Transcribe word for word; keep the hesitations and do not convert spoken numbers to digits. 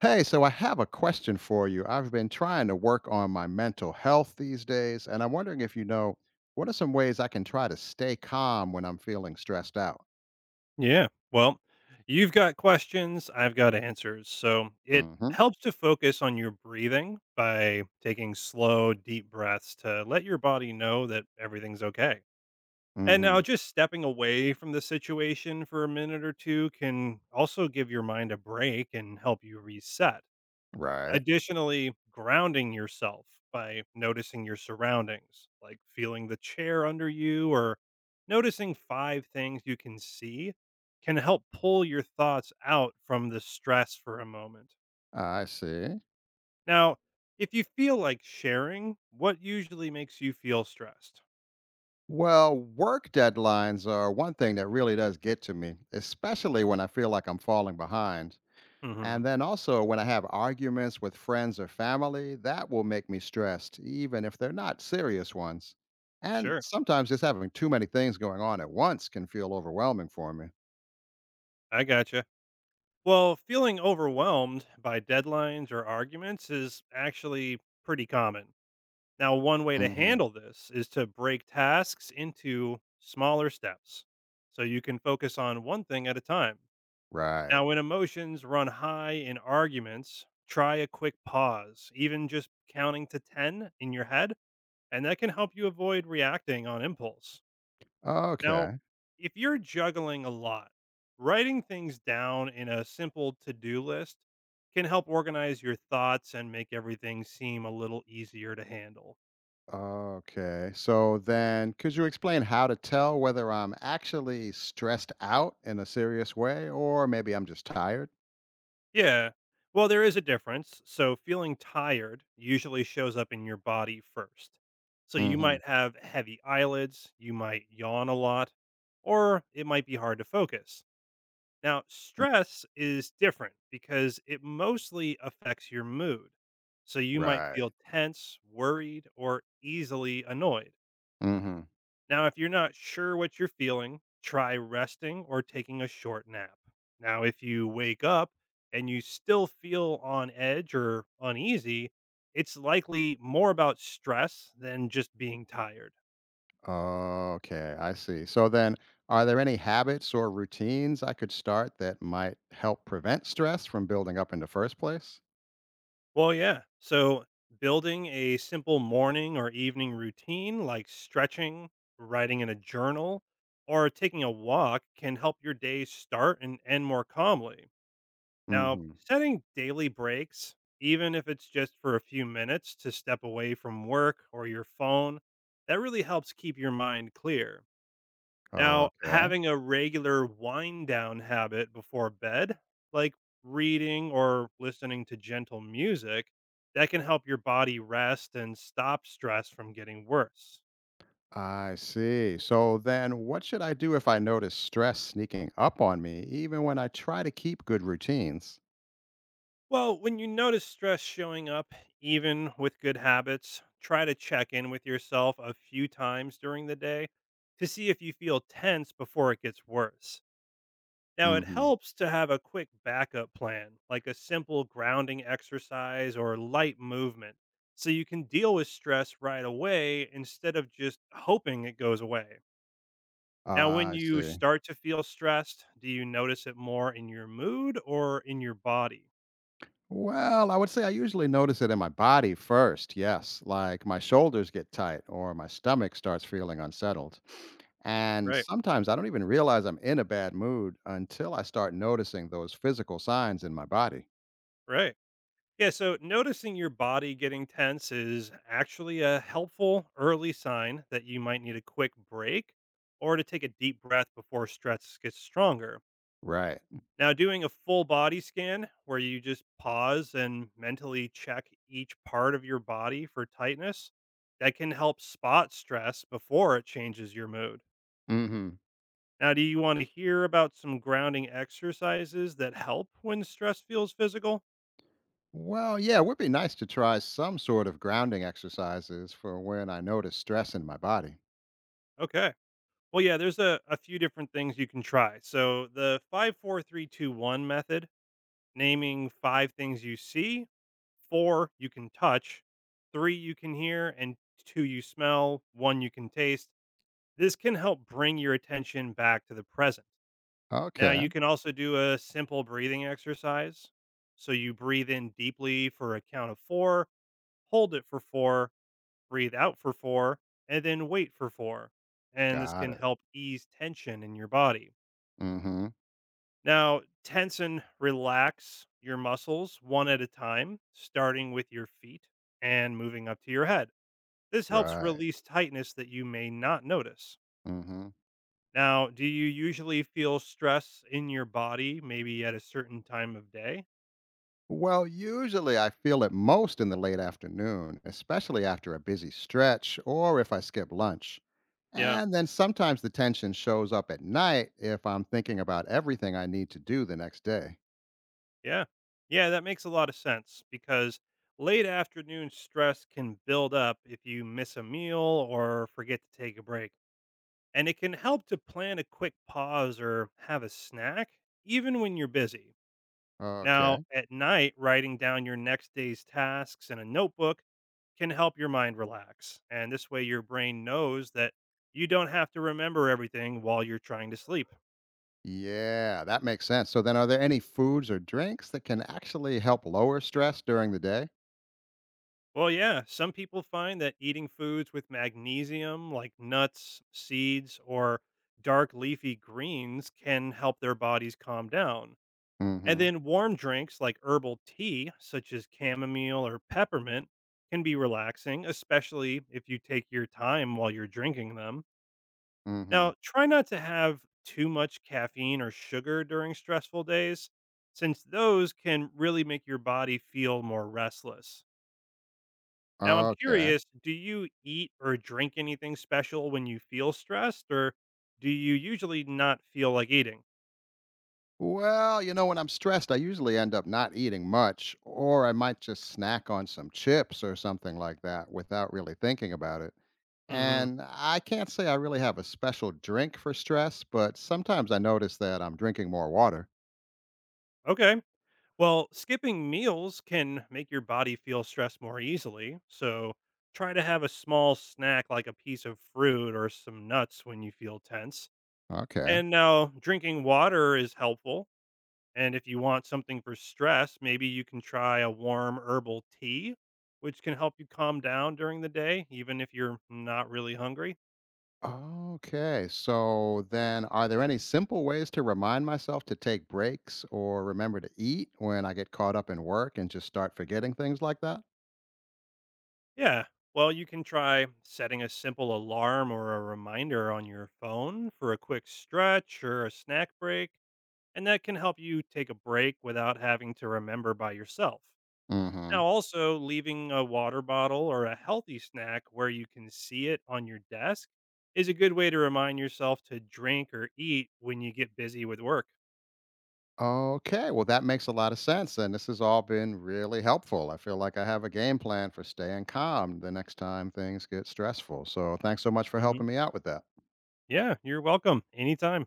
Hey, so I have a question for you. I've been trying to work on my mental health these days, and I'm wondering if you know what are some ways I can try to stay calm when I'm feeling stressed out? Yeah. Well, you've got questions, I've got answers. So it Mm-hmm. helps to focus on your breathing by taking slow, deep breaths to let your body know that everything's okay. And Mm-hmm. now just stepping away from the situation for a minute or two can also give your mind a break and help you reset. Right. Additionally, grounding yourself by noticing your surroundings, like feeling the chair under you or noticing five things you can see, can help pull your thoughts out from the stress for a moment. I see. Now, if you feel like sharing, what usually makes you feel stressed? Well, work deadlines are one thing that really does get to me, especially when I feel like I'm falling behind. Hmm. And then also, when I have arguments with friends or family, that will make me stressed, even if they're not serious ones. And Sure, sometimes just having too many things going on at once can feel overwhelming for me. I gotcha. Well, feeling overwhelmed by deadlines or arguments is actually pretty common. Now, one way to Hmm. handle this is to break tasks into smaller steps so you can focus on one thing at a time. Right. Now, when emotions run high in arguments, try a quick pause, even just counting to ten in your head, and that can help you avoid reacting on impulse. Now, Okay. if you're juggling a lot, writing things down in a simple to do list can help organize your thoughts and make everything seem a little easier to handle. Okay. So then, could you explain how to tell whether I'm actually stressed out in a serious way or maybe I'm just tired? Yeah. Well, there is a difference. So, feeling tired usually shows up in your body first. So, you Hmm. might have heavy eyelids, you might yawn a lot, or it might be hard to focus. Now, stress is different because it mostly affects your mood. So, you might Right. feel tense, worried, or easily annoyed. Hmm. Now, if you're not sure what you're feeling, try resting or taking a short nap. Now, if you wake up and you still feel on edge or uneasy, it's likely more about stress than just being tired. Okay, I see. So then, are there any habits or routines I could start that might help prevent stress from building up in the first place? Well, yeah. So, building a simple morning or evening routine like stretching, writing in a journal, or taking a walk can help your day start and end more calmly. Now, Hmm. setting daily breaks, even if it's just for a few minutes to step away from work or your phone, that really helps keep your mind clear. Now, Okay, having a regular wind down habit before bed, like reading or listening to gentle music, that can help your body rest and stop stress from getting worse. I see. So then, what should I do if I notice stress sneaking up on me, even when I try to keep good routines? Well, when you notice stress showing up, even with good habits, try to check in with yourself a few times during the day to see if you feel tense before it gets worse. Now, it Hmm. helps to have a quick backup plan, like a simple grounding exercise or light movement, so you can deal with stress right away instead of just hoping it goes away. Now, when I you see. start to feel stressed, do you notice it more in your mood or in your body? Well, I would say I usually notice it in my body first. Yes, like my shoulders get tight or my stomach starts feeling unsettled. And Right, sometimes I don't even realize I'm in a bad mood until I start noticing those physical signs in my body. right. Yeah, so noticing your body getting tense is actually a helpful early sign that you might need a quick break or to take a deep breath before stress gets stronger. Right. Now, doing a full body scan where you just pause and mentally check each part of your body for tightness, that can help spot stress before it changes your mood. Hmm. Now, do you want to hear about some grounding exercises that help when stress feels physical? Well, yeah, it would be nice to try some sort of grounding exercises for when I notice stress in my body. Okay. Well, yeah, there's a, a few different things you can try. So the five, four, three, two, one method, naming five things you see, four you can touch, three you can hear, and two you smell, one you can taste. This can help bring your attention back to the present. Now Okay, you can also do a simple breathing exercise. So you breathe in deeply for a count of four, hold it for four, breathe out for four, and then wait for four. And this got can it. help ease tension in your body. Hmm. Now, tense and relax your muscles one at a time, starting with your feet and moving up to your head. This helps Right. release tightness that you may not notice. Hmm. Now, do you usually feel stress in your body maybe at a certain time of day? Well, usually I feel it most in the late afternoon, especially after a busy stretch or if I skip lunch. Yeah. And then sometimes the tension shows up at night if I'm thinking about everything I need to do the next day. Yeah. Yeah, that makes a lot of sense because late afternoon stress can build up if you miss a meal or forget to take a break. And it can help to plan a quick pause or have a snack, even when you're busy. Okay. Now, at night, writing down your next day's tasks in a notebook can help your mind relax. And this way, your brain knows that you don't have to remember everything while you're trying to sleep. Yeah, that makes sense. So then are there any foods or drinks that can actually help lower stress during the day? Well, yeah, some people find that eating foods with magnesium, like nuts, seeds, or dark leafy greens, can help their bodies calm down. And Mm-hmm. then warm drinks like herbal tea, such as chamomile or peppermint, can be relaxing, especially if you take your time while you're drinking them. Mm-hmm. Now, try not to have too much caffeine or sugar during stressful days, since those can really make your body feel more restless. Now, I'm Okay. curious, do you eat or drink anything special when you feel stressed, or do you usually not feel like eating? Well, you know, when I'm stressed, I usually end up not eating much, or I might just snack on some chips or something like that without really thinking about it. Hmm. And I can't say I really have a special drink for stress, but sometimes I notice that I'm drinking more water. Okay. Well, skipping meals can make your body feel stressed more easily. So try to have a small snack like a piece of fruit or some nuts when you feel tense. Okay. And now drinking water is helpful. And if you want something for stress, maybe you can try a warm herbal tea, which can help you calm down during the day, even if you're not really hungry. Okay. So then, are there any simple ways to remind myself to take breaks or remember to eat when I get caught up in work and just start forgetting things like that? Yeah. Well, you can try setting a simple alarm or a reminder on your phone for a quick stretch or a snack break and that can help you take a break without having to remember by yourself. Mm hmm. Now, also leaving a water bottle or a healthy snack where you can see it on your desk is a good way to remind yourself to drink or eat when you get busy with work. Okay, well, that makes a lot of sense, and this has all been really helpful. I feel like I have a game plan for staying calm the next time things get stressful. So, thanks so much for Hmm. helping me out with that. Yeah, you're welcome anytime.